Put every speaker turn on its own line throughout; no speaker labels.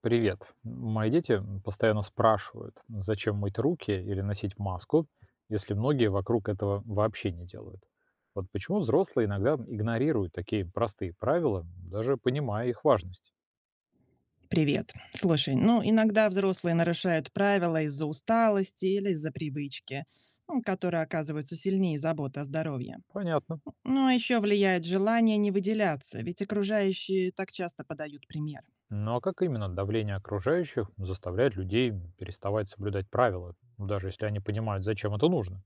Привет. Мои дети постоянно спрашивают, зачем мыть руки или носить маску, если многие вокруг этого вообще не делают. Вот почему взрослые иногда игнорируют такие простые правила, даже понимая их важность.
Привет. Слушай, ну иногда взрослые нарушают правила из-за усталости или из-за привычки, ну, которые оказываются сильнее заботы о здоровье.
Понятно.
Ну а еще влияет желание не выделяться, ведь окружающие так часто подают пример.
Но как именно давление окружающих заставляет людей переставать соблюдать правила, ну, даже если они понимают, зачем это нужно?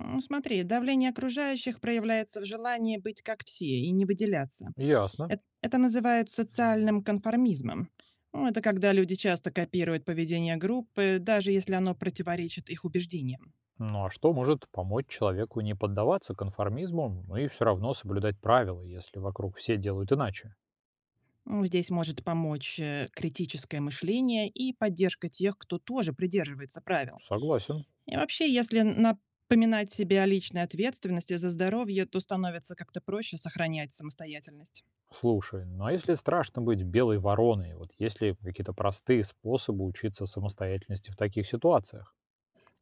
Смотри, давление окружающих проявляется в желании быть как все и не выделяться.
Ясно.
Это называют социальным конформизмом. Ну, это когда люди часто копируют поведение группы, даже если оно противоречит их убеждениям.
Ну а что может помочь человеку не поддаваться конформизму, ну и все равно соблюдать правила, если вокруг все делают иначе?
Ну, здесь может помочь критическое мышление и поддержка тех, кто тоже придерживается правил.
Согласен.
И вообще, если напоминать себе о личной ответственности за здоровье, то становится как-то проще сохранять самостоятельность.
Слушай, ну а если страшно быть белой вороной, вот есть ли какие-то простые способы учиться самостоятельности в таких ситуациях?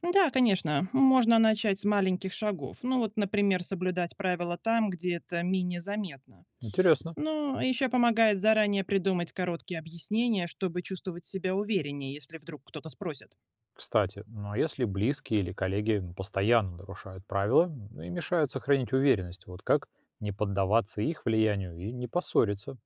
Да, конечно, можно начать с маленьких шагов. Ну вот, например, соблюдать правила там, где это менее заметно.
Интересно.
Ну, еще помогает заранее придумать короткие объяснения, чтобы чувствовать себя увереннее, если вдруг кто-то спросит.
Кстати, ну а если близкие или коллеги постоянно нарушают правила, ну и мешают сохранить уверенность, вот как не поддаваться их влиянию и не поссориться?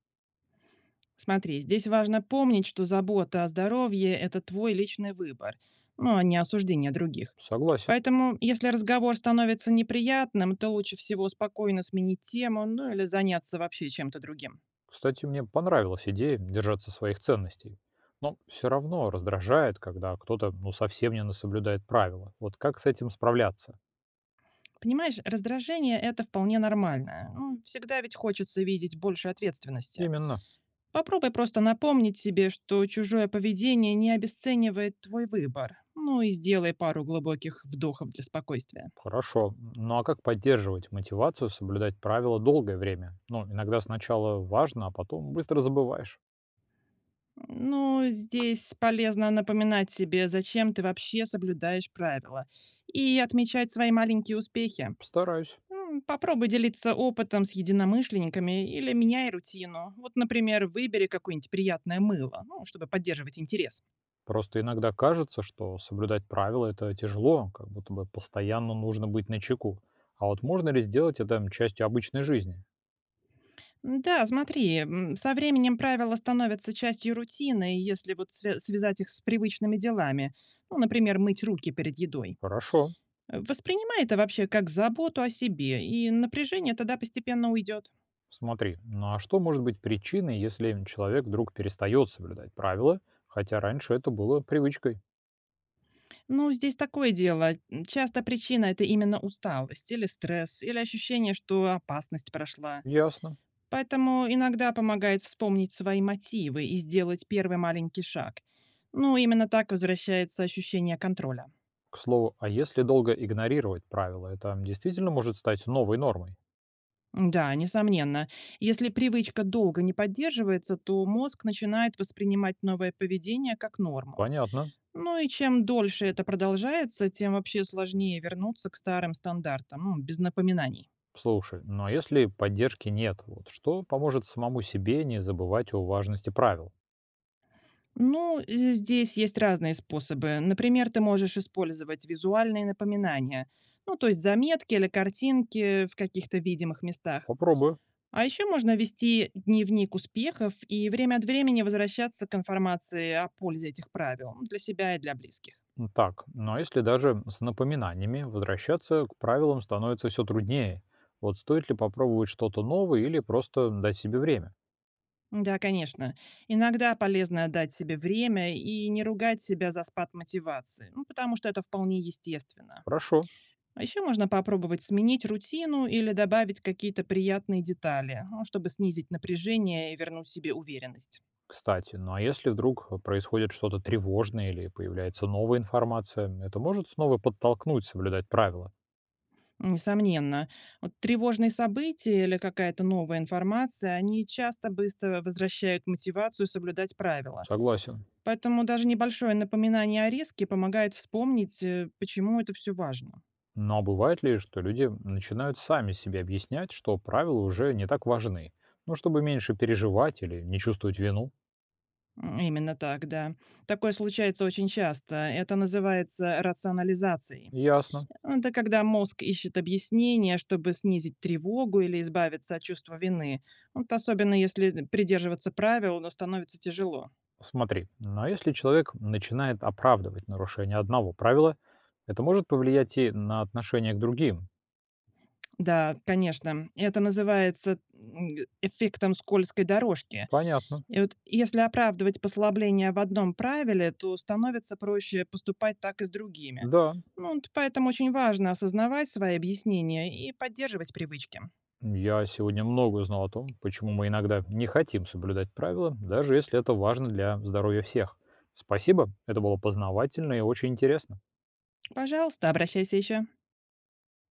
Смотри, здесь важно помнить, что забота о здоровье – это твой личный выбор, ну, а не осуждение других.
Согласен.
Поэтому, если разговор становится неприятным, то лучше всего спокойно сменить тему, ну или заняться вообще чем-то другим.
Кстати, мне понравилась идея держаться своих ценностей. Но все равно раздражает, когда кто-то ну совсем не соблюдает правила. Вот как с этим справляться?
Понимаешь, раздражение – это вполне нормально. Ну, всегда ведь хочется видеть больше ответственности.
Именно.
Попробуй просто напомнить себе, что чужое поведение не обесценивает твой выбор. Ну и сделай пару глубоких вдохов для спокойствия.
Хорошо. Ну а как поддерживать мотивацию соблюдать правила долгое время? Ну, иногда сначала важно, а потом быстро забываешь.
Ну, здесь полезно напоминать себе, зачем ты вообще соблюдаешь правила, и отмечать свои маленькие успехи.
Постараюсь.
Попробуй делиться опытом с единомышленниками или меняй рутину. Вот, например, выбери какое-нибудь приятное мыло, ну, чтобы поддерживать интерес.
Просто иногда кажется, что соблюдать правила это тяжело, как будто бы постоянно нужно быть на чеку. А вот можно ли сделать это частью обычной жизни?
Да, смотри, м, со временем правила становятся частью рутины, если вот связать их с привычными делами. Ну, например, мыть руки перед едой.
Хорошо.
Воспринимай это вообще как заботу о себе, и напряжение тогда постепенно уйдет.
Смотри, ну а что может быть причиной, если человек вдруг перестает соблюдать правила, хотя раньше это было привычкой?
Ну, здесь такое дело. Часто причина – это именно усталость или стресс, или ощущение, что опасность прошла.
Ясно.
Поэтому иногда помогает вспомнить свои мотивы и сделать первый маленький шаг. Ну, именно так возвращается ощущение контроля.
К слову, а если долго игнорировать правила, это действительно может стать новой нормой?
Да, несомненно. Если привычка долго не поддерживается, то мозг начинает воспринимать новое поведение как норму.
Понятно.
Ну и чем дольше это продолжается, тем вообще сложнее вернуться к старым стандартам, ну, без напоминаний.
Слушай, ну а если поддержки нет, вот что поможет самому себе не забывать о важности правил?
Ну, здесь есть разные способы. Например, ты можешь использовать визуальные напоминания, ну, то есть заметки или картинки в каких-то видимых местах.
Попробую.
А еще можно вести дневник успехов и время от времени возвращаться к информации о пользе этих правил м, для себя и для близких.
Так, ну а если даже с напоминаниями возвращаться к правилам становится все труднее, вот стоит ли попробовать что-то новое или просто дать себе время?
Да, конечно. Иногда полезно дать себе время и не ругать себя за спад мотивации, ну, потому что это вполне естественно.
Хорошо.
А еще можно попробовать сменить рутину или добавить какие-то приятные детали, ну, чтобы снизить напряжение и вернуть себе уверенность.
Кстати, ну а если вдруг происходит что-то тревожное или появляется новая информация, это может снова подтолкнуть соблюдать правила?
Несомненно, вот тревожные события или какая-то новая информация, они часто быстро возвращают мотивацию соблюдать правила.
Согласен.
Поэтому даже небольшое напоминание о риске помогает вспомнить, почему это все важно.
Но бывает ли, что люди начинают сами себе объяснять, что правила уже не так важны? Ну, чтобы меньше переживать или не чувствовать вину?
Именно так, да. Такое случается очень часто. Это называется рационализацией.
Ясно.
Ну, это когда мозг ищет объяснение, чтобы снизить тревогу или избавиться от чувства вины. Вот особенно если придерживаться правил, но становится тяжело.
Смотри, но если человек начинает оправдывать нарушение одного правила, это может повлиять и на отношение к другим.
Да, конечно, это называется эффектом скользкой дорожки.
Понятно.
И вот если оправдывать послабление в одном правиле, то становится проще поступать так и с другими.
Да,
Ну, вот поэтому очень важно осознавать свои объяснения и поддерживать привычки.
я сегодня много узнал о том, почему мы иногда не хотим соблюдать правила, даже если это важно для здоровья всех. Спасибо, это было познавательно и очень интересно.
Пожалуйста, обращайся еще.